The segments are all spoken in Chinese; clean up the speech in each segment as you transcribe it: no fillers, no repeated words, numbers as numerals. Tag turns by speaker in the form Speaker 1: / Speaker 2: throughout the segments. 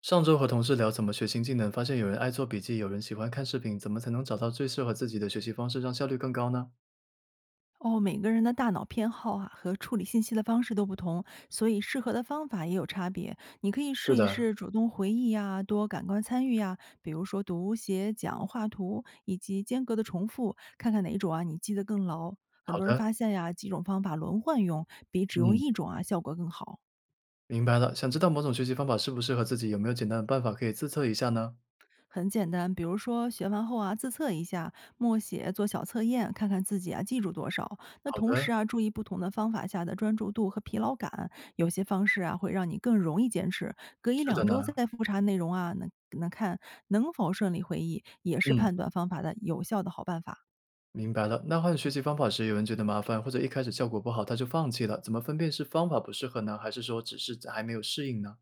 Speaker 1: 上周和同事聊怎么学新技能，发现有人爱做笔记，有人喜欢看视频，怎么才能找到最适合自己的学习方式，让效率更高呢？
Speaker 2: 哦，每个人的大脑偏好啊和处理信息的方式都不同，所以适合的方法也有差别。你可以
Speaker 1: 是
Speaker 2: 试一
Speaker 1: 的，
Speaker 2: 试主动回忆呀、多感官参与呀、比如说读、写、讲、画图，以及间隔的重复，看看哪一种啊你记得更牢。很
Speaker 1: 好
Speaker 2: 多人
Speaker 1: 的，
Speaker 2: 发现呀，几种方法轮换用，比只用
Speaker 1: 嗯，
Speaker 2: 一种啊效果更好。
Speaker 1: 明白了。想知道某种学习方法适不适合自己，有没有简单的办法可以自测一下呢？
Speaker 2: 很简单，比如说学完后啊，自测一下，默写做小测验，看看自己啊记住多少。那
Speaker 1: 好
Speaker 2: 同
Speaker 1: 的，
Speaker 2: 时啊，注意不同的方法下的专注度和疲劳感，有些方式啊会让你更容易坚持。隔一
Speaker 1: 是的
Speaker 2: 两周
Speaker 1: 呢，
Speaker 2: 再复查内容啊，能能否顺利回忆，也是
Speaker 1: 嗯，
Speaker 2: 判断方法的有效的好办法。
Speaker 1: 明白了。那换学习方法时，有人觉得麻烦，或者一开始效果不好，他就放弃了，怎么分辨是方法不适合呢，还是说只是还没有适应呢？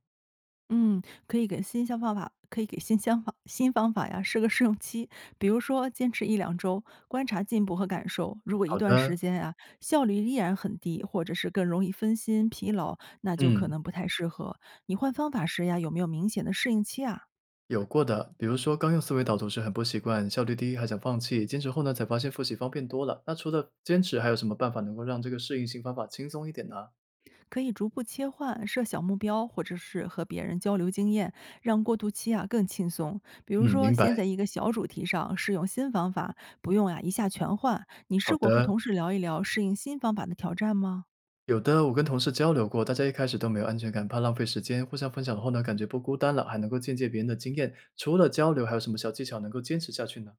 Speaker 2: 嗯，可以给新想方法，可以给新想法、新方法呀，设个试用期，比如说坚持一两周，观察进步和感受。如果一
Speaker 1: 好
Speaker 2: 段时
Speaker 1: 的，
Speaker 2: 间啊，效率依然很低，或者是更容易分心、疲劳，那就可
Speaker 1: 嗯，
Speaker 2: 能不太适合。你换方法时呀，有没有明显的适应期啊？
Speaker 1: 有过的，比如说刚用思维导图时很不习惯，效率低，还想放弃，坚持后呢才发现复习方便多了。那除了坚持，还有什么办法能够让这个适应性方法轻松一点呢？
Speaker 2: 可以逐步切换，设小目标，或者是和别人交流经验，让过渡期啊更轻松。比如
Speaker 1: 嗯，
Speaker 2: 说，
Speaker 1: 明白。
Speaker 2: 先在一个小主题上试用新方法，不用呀、一下全换。你
Speaker 1: 好
Speaker 2: 试过和
Speaker 1: 的，
Speaker 2: 同事聊一聊适应新方法的挑战吗？
Speaker 1: 有的，我跟同事交流过，大家一开始都没有安全感，怕浪费时间，互相分享后呢，感觉不孤单了，还能够借鉴别人的经验。除了交流，还有什么小技巧能够坚持下去呢？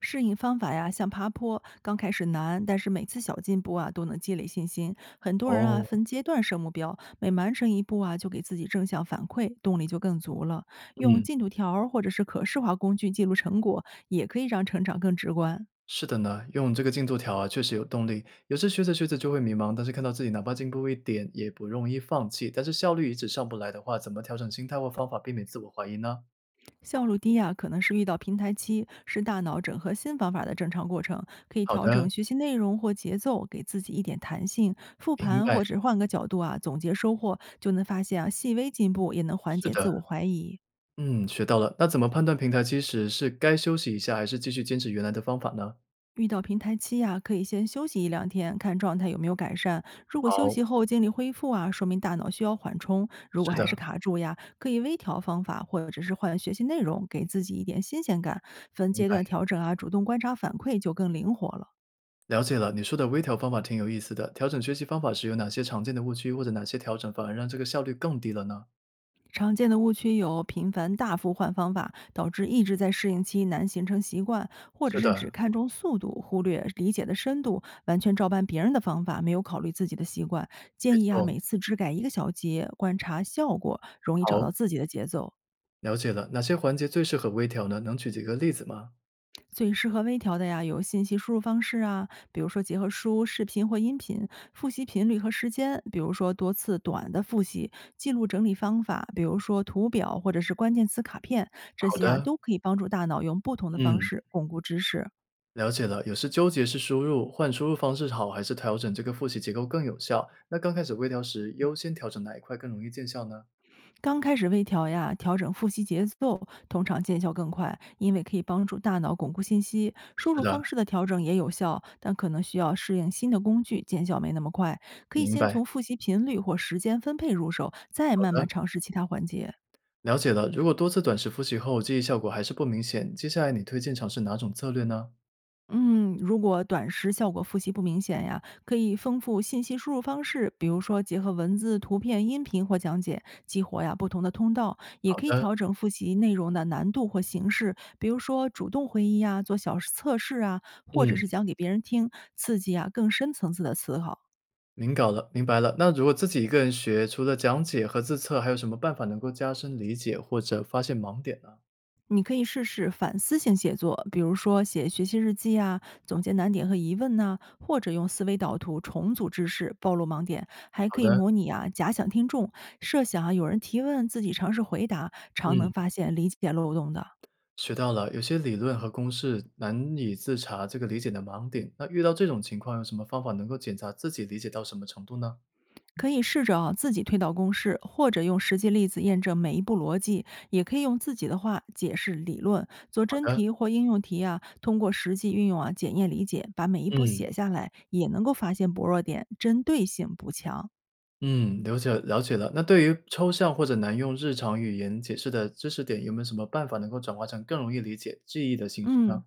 Speaker 2: 适应方法呀，像爬坡，刚开始难，但是每次小进步啊，都能积累信心。很多人啊，
Speaker 1: 哦，
Speaker 2: 分阶段设目标，每完成一步啊，就给自己正向反馈，动力就更足了。用
Speaker 1: 嗯。
Speaker 2: 进度条儿或者是可视化工具记录成果，也可以让成长更直观。
Speaker 1: 是的呢，用这个进度条啊，确实有动力。有时学着学着就会迷茫，但是看到自己哪怕进步一点，也不容易放弃。但是效率一直上不来的话，怎么调整心态或方法避免自我怀疑呢？
Speaker 2: 效率低呀、可能是遇到平台期，是大脑整合新方法的正常过程。可以
Speaker 1: 好
Speaker 2: 调整
Speaker 1: 的，
Speaker 2: 学习内容或节奏，给自己一点弹性，复
Speaker 1: 明
Speaker 2: 盘
Speaker 1: 白。
Speaker 2: 或者换个角度啊，总结收获，就能发现啊细微进步，也能缓
Speaker 1: 是
Speaker 2: 解
Speaker 1: 的，
Speaker 2: 自我怀疑。
Speaker 1: 嗯，学到了。那怎么判断平台期时是该休息一下，还是继续坚持原来的方法呢？
Speaker 2: 遇到平台期呀、可以先休息一两天，看状态有没有改善。如果休息
Speaker 1: 好，
Speaker 2: 后精力恢复啊，说明大脑需要缓冲；如果
Speaker 1: 是
Speaker 2: 还是
Speaker 1: 的，
Speaker 2: 卡住呀，可以微调方法，或者是换学习内容，给自己一点新鲜感。分
Speaker 1: 明
Speaker 2: 阶
Speaker 1: 白，
Speaker 2: 段调整啊，主动观察反馈就更灵活了。
Speaker 1: 了解了。你说的微调方法挺有意思的。调整学习方法时有哪些常见的误区，或者哪些调整反而让这个效率更低了呢？
Speaker 2: 常见的误区有频繁大幅换方法，导致一直在适应期难形成习惯，或者
Speaker 1: 是
Speaker 2: 是
Speaker 1: 的，
Speaker 2: 只看重速度，忽略理解的深度，完全照搬别人的方法，没有考虑自己的习惯。
Speaker 1: 没
Speaker 2: 建议啊，
Speaker 1: 错。
Speaker 2: 每次只改一个小节，观察效果，容易找
Speaker 1: 好，
Speaker 2: 到自己的节奏。
Speaker 1: 了解了，哪些环节最适合微调呢？能举几个例子吗？
Speaker 2: 最适合微调的呀，有信息输入方式啊，比如说结合书、视频或音频；复习频率和时间，比如说多次短的复习；记录整理方法，比如说图表或者是关键词卡片，这
Speaker 1: 好
Speaker 2: 些啊
Speaker 1: 的，
Speaker 2: 都可以帮助大脑用不同的方
Speaker 1: 嗯，
Speaker 2: 式巩固知识。
Speaker 1: 了解了，有时纠结是输入，换输入方式好，还是调整这个复习结构更有效？那刚开始微调时，优先调整哪一块更容易见效呢？
Speaker 2: 刚开始微调呀，调整复习节奏，通常见效更快，因为可以帮助大脑巩固信息。输
Speaker 1: 是
Speaker 2: 入
Speaker 1: 的，
Speaker 2: 方式的调整也有效，但可能需要适应新的工具，见效没那么快。可以
Speaker 1: 明
Speaker 2: 先
Speaker 1: 白，
Speaker 2: 从复习频率或时间分配入手，再
Speaker 1: 好
Speaker 2: 慢慢
Speaker 1: 的，
Speaker 2: 尝试其他环节。
Speaker 1: 了解了。如果多次短时复习后记忆效果还是不明显，接下来你推荐尝试哪种策略呢？
Speaker 2: 嗯，如果短时效果复习不明显呀，可以丰富信息输入方式，比如说结合文字、图片、音频或讲解，激活呀不同的通道，也
Speaker 1: 好
Speaker 2: 可以
Speaker 1: 的，
Speaker 2: 调整复习内容的难度或形式，比如说主动回忆呀，做小测试啊，或者
Speaker 1: 嗯。
Speaker 2: 是讲给别人听，刺激啊更深层次的思考。
Speaker 1: 明搞了，明白了。那如果自己一个人学，除了讲解和自测，还有什么办法能够加深理解或者发现盲点呢？
Speaker 2: 你可以试试反思性写作，比如说写学习日记啊，总结难点和疑问呐、或者用思维导图重组知识，暴露盲点。还
Speaker 1: 好
Speaker 2: 可以
Speaker 1: 的，
Speaker 2: 模拟啊，假想听众，设想啊有人提问，自己尝试回答，常能
Speaker 1: 嗯，
Speaker 2: 发现理解漏洞的。
Speaker 1: 学到了，有些理论和公式难以自查这个理解的盲点。那遇到这种情况，有什么方法能够检查自己理解到什么程度呢？
Speaker 2: 可以试着啊自己推导公式，或者用实际例子验证每一步逻辑，也可以用自己的话解释理论。做
Speaker 1: 好
Speaker 2: 真
Speaker 1: 的，
Speaker 2: 题或应用题啊，通过实际运用啊检验理解，把每一步
Speaker 1: 嗯
Speaker 2: 写下来，也能够发现薄弱点，针对性不强。
Speaker 1: 嗯，了解了解了。那对于抽象或者难用日常语言解释的知识点，有没有什么办法能够转化成更容易理解记忆的形式呢？
Speaker 2: 嗯，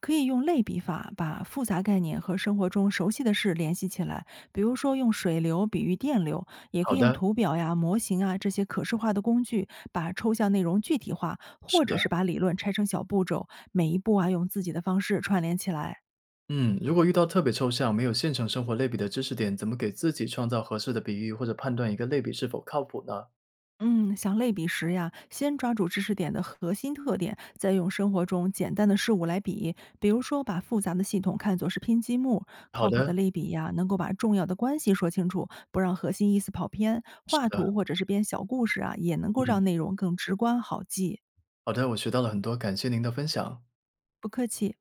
Speaker 2: 可以用类比法把复杂概念和生活中熟悉的事联系起来，比如说用水流比喻电流，也可
Speaker 1: 好
Speaker 2: 以用
Speaker 1: 的，
Speaker 2: 图表呀、模型啊这些可视化的工具，把抽象内容具体化，或
Speaker 1: 是的，
Speaker 2: 者是把理论拆成小步骤，每一步啊用自己的方式串联起来。
Speaker 1: 嗯，如果遇到特别抽象、没有现成生活类比的知识点，怎么给自己创造合适的比喻或者判断一个类比是否靠谱呢？
Speaker 2: 嗯，想类比时呀，先抓住知识点的核心特点，再用生活中简单的事物来比。比如说，把复杂的系统看作是拼积木，
Speaker 1: 好
Speaker 2: 靠谱的
Speaker 1: 的，
Speaker 2: 类比呀，能够把重要的关系说清楚，不让核心意思跑偏。
Speaker 1: 是
Speaker 2: 画
Speaker 1: 的，
Speaker 2: 图或者是编小故事啊，也能够
Speaker 1: 嗯，
Speaker 2: 让内容更直观好记。
Speaker 1: 好的，我学到了很多，感谢您的分享。
Speaker 2: 不客气。